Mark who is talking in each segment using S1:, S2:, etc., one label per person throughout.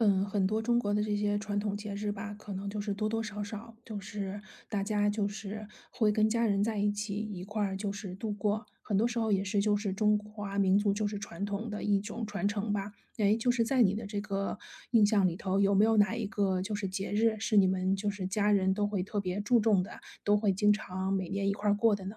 S1: 嗯，很多中国的这些传统节日吧，可能多多少少,大家会跟家人在一起一块儿度过，很多时候也是中华民族传统的一种传承吧。哎，在你的这个印象里头，有没有哪一个节日是你们家人都会特别注重的，都会经常每年一块儿过的呢？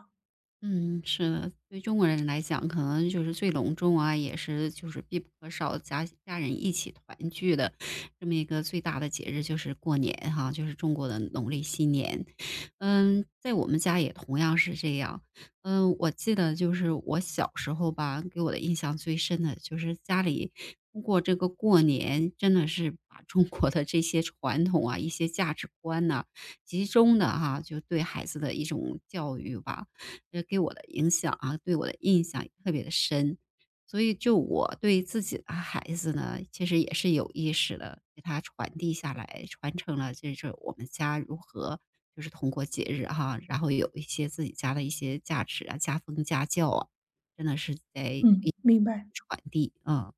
S2: 嗯，是的，对中国人来讲，可能就是最隆重啊，也是就是必不可少，家家人一起团聚的这么一个最大的节日就是过年哈，就是中国的农历新年。在我们家也同样是这样。我记得就是我小时候吧，给我的印象最深的就是家里通过这个过年，真的是把中国的这些传统啊、一些价值观呐、集中的哈、就对孩子的一种教育吧。给我的影响啊，对我的印象也特别的深。所以就我对自己的孩子呢，其实也是有意识的，给他传递下来，传承了这是我们家如何就是通过节日哈，然后有一些自己家的一些价值啊、家风家教啊，真的是在一
S1: 嗯，明白。
S2: 传递，啊。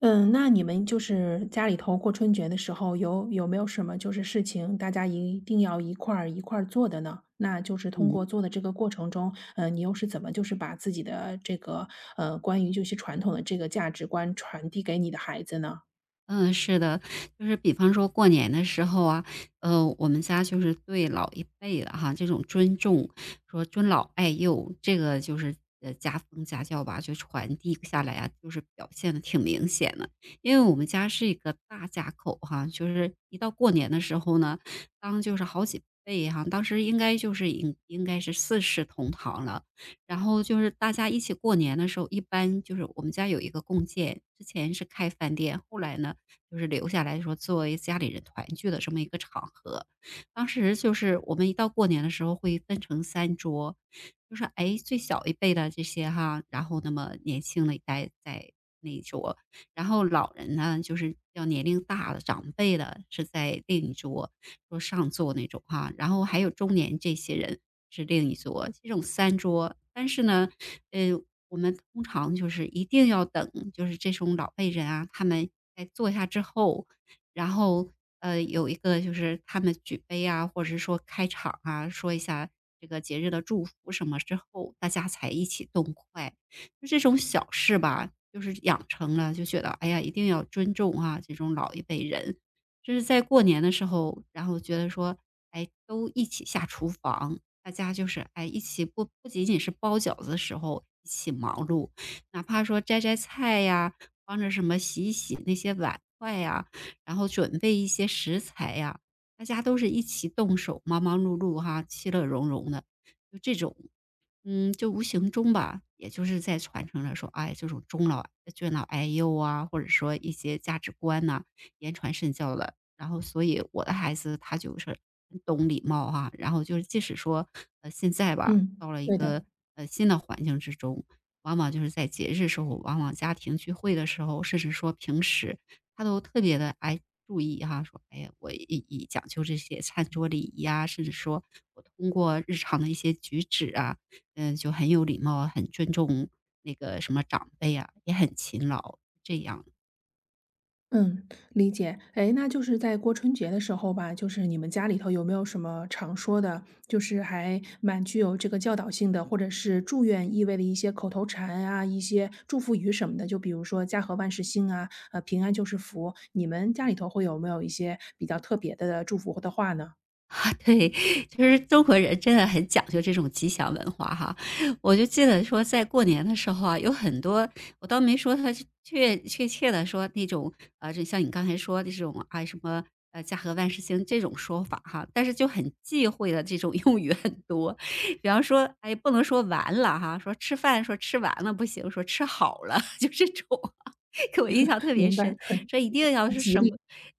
S1: 嗯，那你们家里头过春节的时候，有没有什么事情，大家一定要一块儿做的呢？那通过
S2: 嗯。
S1: 做的这个过程中，你又是怎么把自己的这个关于传统的这个价值观传递给你的孩子呢？
S2: 嗯，是的，就是比方说过年的时候啊，我们家就是对老一辈的哈这种尊重，说尊老爱幼，这个就是家风家教吧，就传递下来啊，就是表现的挺明显的。因为我们家是一个大家口哈，就是一到过年的时候呢，当就是好几辈哈，当时应该就是应该是四世同堂了。然后就是大家一起过年的时候，一般就是我们家有一个共建，之前是开饭店，后来呢。就是留下来说作为家里人团聚的这么一个场合。当时就是我们一到过年的时候会分成三桌，就是，哎，最小一辈的这些哈，然后那么年轻的一代在那一桌，然后老人呢，就是要年龄大的长辈的，是在另一桌，桌上坐那种哈。然后还有中年这些人是另一桌，这种三桌。但是呢，呃，我们通常就是一定要等，就是这种老辈人啊，他们在坐下之后，然后有一个就是他们举杯啊，或者是说开场啊，说一下这个节日的祝福什么之后，大家才一起动筷。就这种小事吧，就是养成了，就觉得哎呀，一定要尊重啊，这种老一辈人。就是在过年的时候，然后觉得说，哎，都一起下厨房，大家就是哎一起不仅仅是包饺子的时候一起忙碌，哪怕说摘摘菜呀，帮着什么洗一洗那些碗筷呀，然后准备一些食材呀，大家都是一起动手，忙忙碌碌哈，其乐融融的，就这种就无形中吧，也就是在传承着说，哎，这种尊老爱幼啊，或者说一些价值观呐、言传身教的。然后，所以我的孩子他就是很懂礼貌哈、然后就是，即使说现在吧，
S1: 嗯，
S2: 到了一
S1: 对
S2: 个
S1: 的。
S2: 新的环境之中，往往就是在节日时候，往往家庭聚会的时候，甚至说平时，他都特别的爱注意哈、说哎呀，我以讲究这些餐桌礼仪啊，甚至说我通过日常的一些举止啊。就很有礼貌啊很尊重那个什么长辈啊，也很勤劳，这样。
S1: 嗯，理解。哎，那在过春节的时候吧，你们家里头有没有什么常说的，还蛮具有这个教导性的，或者是祝愿意味的一些口头禅啊，一些祝福语什么的？就比如说"家和万事兴"啊，呃，"平安就是福"。你们家里头会有没有一些比较特别的祝福的话呢？
S2: 对，就是中国人真的很讲究这种吉祥文化哈。我就记得说，在过年的时候啊，有很多我倒没说他确切的说那种就像你刚才说的这种啊什么。家和万事兴这种说法哈，但是就很忌讳的这种用语很多，比方说，哎，不能说完了哈，说吃饭说吃完了不行，说吃好了，就这种啊，给我印象特别
S1: 明白，
S2: 深，
S1: 很
S2: 说一定要是
S1: 吉
S2: 什么
S1: 利。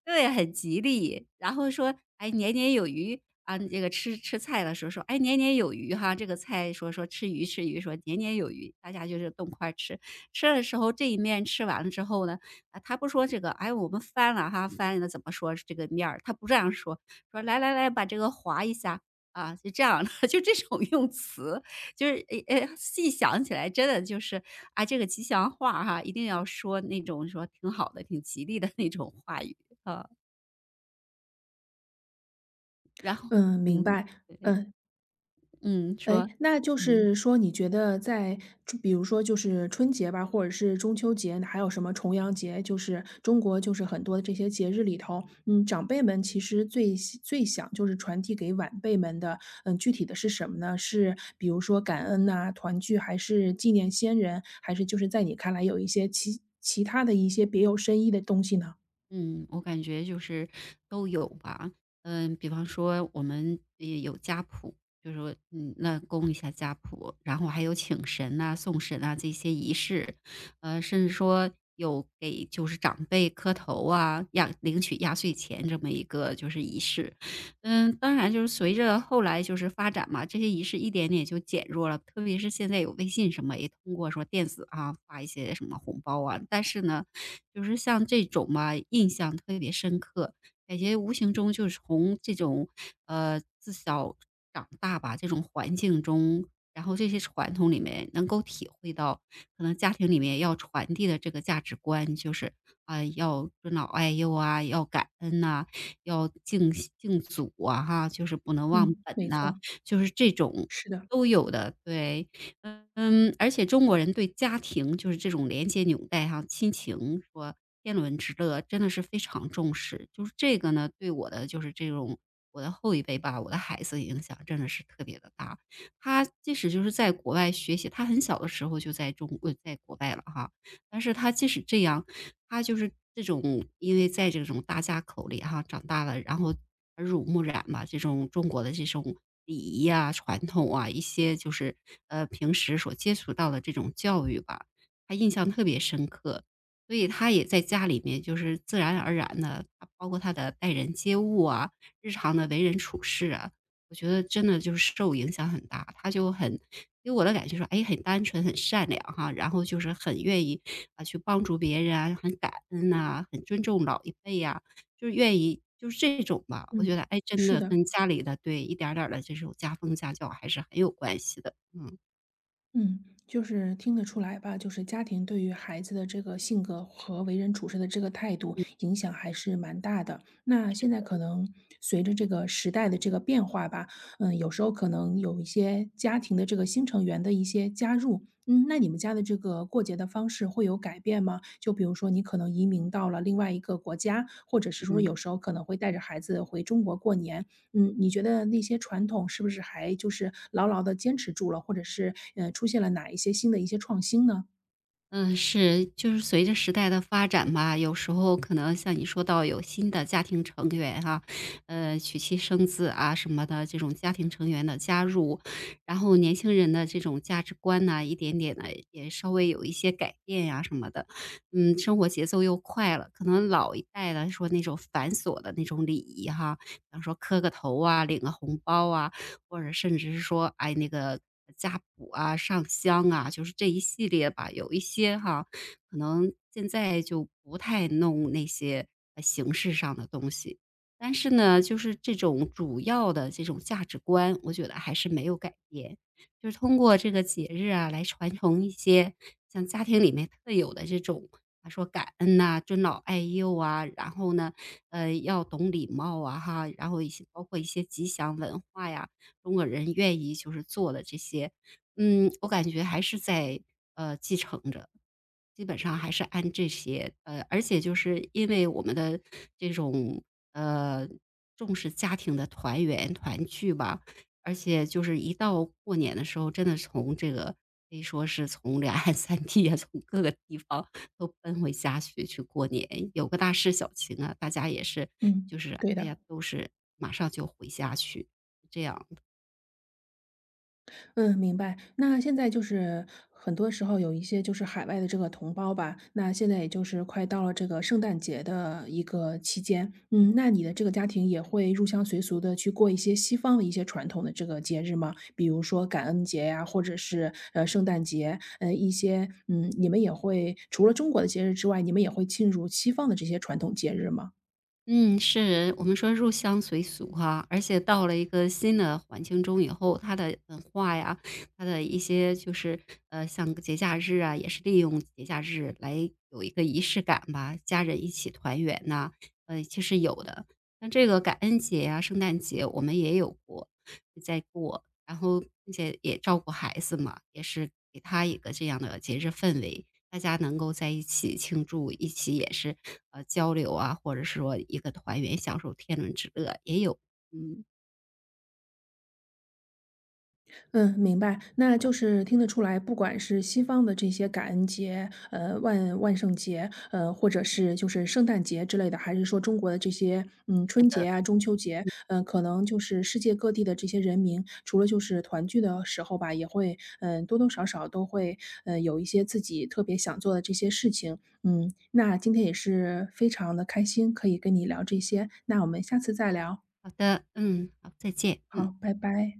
S2: 对，很吉利。然后说，哎，年年有余啊，这个吃吃菜的时候说，哎，年年有余哈，这个菜说说吃鱼吃鱼，说年年有余，大家就是动筷儿吃。吃的时候这一面吃完了之后呢，啊，他不说这个，哎，我们翻了哈，翻了怎么说这个面儿，他不这样说，说来来来，把这个划一下。啊，就这样的，就这种用词，就是诶诶，细想起来，真的就是啊，这个吉祥话哈，一定要说那种说挺好的、挺吉利的那种话语。呃，然后
S1: 嗯，明
S2: 嗯，
S1: 白。
S2: 对，
S1: 嗯，
S2: 嗯，
S1: 哎，
S2: 说，
S1: 那
S2: 嗯。
S1: 说你觉得在就比如说春节吧，或者是中秋节，还有什么重阳节，中国很多的这些节日里头，嗯，长辈们其实最想传递给晚辈们的，嗯，具体的是什么呢？是比如说感恩呐、团聚，还是纪念先人，还是在你看来有一些其他的一些别有深意的东西呢？
S2: 嗯，我感觉就是都有吧。比方说我们也有家谱，就是说那供一下家谱，然后还有请神呐、送神啊这些仪式，甚至说有给就是长辈磕头啊、领取压岁钱这么一个就是仪式。当然就是随着后来就是发展嘛，这些仪式一点点就减弱了，特别是现在有微信什么，也通过说电子啊发一些什么红包啊，但是呢。就是像这种嘛，印象特别深刻，感觉无形中就是从这种，自小长大吧，这种环境中，然后这些传统里面能够体会到，可能家庭里面要传递的这个价值观，就是，啊，要尊老爱幼啊，要感恩呐，要敬祖啊哈，就是不能忘
S1: 嗯，
S2: 本
S1: 没
S2: 呐，
S1: 错，
S2: 就是这种
S1: 是的，
S2: 都有的，对。而且中国人对家庭就是这种连接纽带哈、亲情说天伦之乐真的是非常重视。就是这个呢，对我的就是这种我的后一辈吧，我的孩子影响真的是特别的大。他即使就是在国外学习，他很小的时候就在国外了哈，但是他即使这样，他就是这种因为在这种大家口里哈长大了，然后耳濡目染吧，这种中国的这种礼仪啊、传统啊，一些就是平时所接触到的这种教育吧，他印象特别深刻。所以他也在家里面，就是自然而然的，包括他的待人接物啊，日常的为人处事啊，我觉得真的就是受影响很大，他就很给我的感觉说，哎，很单纯、很善良哈，然后就是很愿意啊去帮助别人啊，很感恩呐、很尊重老一辈呀、就是愿意就是这种吧。我觉
S1: 嗯，
S2: 得，哎，真
S1: 是
S2: 的
S1: 的。
S2: 跟家里的对一点儿点儿的这种家风家教还是很有关系的。嗯
S1: 嗯，听得出来吧，家庭对于孩子的这个性格和为人处事的这个态度影响还是蛮大的。那现在可能随着这个时代的这个变化吧，嗯，有时候可能有一些家庭的这个新成员的一些加入，嗯，那你们家的这个过节的方式会有改变吗？就比如说你可能移民到了另外一个国家，或者是说
S2: 嗯。
S1: 有时候可能会带着孩子回中国过年，嗯，你觉得那些传统是不是还牢牢的坚持住了，或者是，出现了哪一些新的一些创新呢？
S2: 嗯，是，就是随着时代的发展吧，有时候可能像你说到有新的家庭成员哈、娶妻生子啊什么的，这种家庭成员的加入，然后年轻人的这种价值观呐、一点点的也稍微有一些改变呀、什么的，生活节奏又快了，可能老一代的说那种繁琐的那种礼仪哈，比方说磕个头啊，领个红包啊，或者甚至是说，哎，那个家谱啊、上香啊，就是这一系列吧。有一些哈，可能现在就不太弄那些形式上的东西，但是呢，就是这种主要的这种价值观，我觉得还是没有改变。就是通过这个节日啊，来传承一些像家庭里面特有的这种，啊，说感恩呐、尊老爱幼啊，然后呢，要懂礼貌啊，哈，然后一些包括一些吉祥文化呀，中国人愿意就是做的这些，我感觉还是在继承着，基本上还是按这些，而且就是因为我们的这种呃重视家庭的团圆团聚吧，而且就是一到过年的时候，真的从这个可以说是从两岸三地啊，从各个地方都奔回家去去过年，有个大事小情啊，大家也是
S1: 嗯，
S2: 就是
S1: 对
S2: 哎
S1: 的。
S2: 呀，都是马上就回家去，这样。
S1: 嗯，明白。那现在很多时候有一些海外的这个同胞吧，那现在也快到了这个圣诞节的一个期间，嗯，那你的这个家庭也会入乡随俗的去过一些西方的一些传统的这个节日吗？比如说感恩节呀，或者是圣诞节，呃一些嗯，你们也会除了中国的节日之外，你们也会进入西方的这些传统节日吗？
S2: 嗯，是，我们说入乡随俗哈，而且到了一个新的环境中以后，他的文化呀，他的一些就是像个节假日啊，也是利用节假日来有一个仪式感吧，家人一起团圆呐、其实有的。像这个感恩节呀、圣诞节，我们也有过，在过，然后并且也照顾孩子嘛，也是给他一个这样的节日氛围。大家能够在一起庆祝，一起也是，交流啊，或者是说一个团圆，享受天伦之乐也有。嗯，
S1: 嗯，明白。那听得出来，不管是西方的这些感恩节，呃，万圣节，呃，或者是圣诞节之类的，还是说中国的这些，嗯，
S2: 是
S1: 春
S2: 的。
S1: 节啊、中秋节，嗯、可能世界各地的这些人民，除了团聚的时候吧，也会，嗯、多多少少都会，呃，有一些自己特别想做的这些事情。嗯，那今天也是非常的开心，可以跟你聊这些。那我们下次再聊。
S2: 好的，嗯，好，再见，嗯。
S1: 好，拜拜。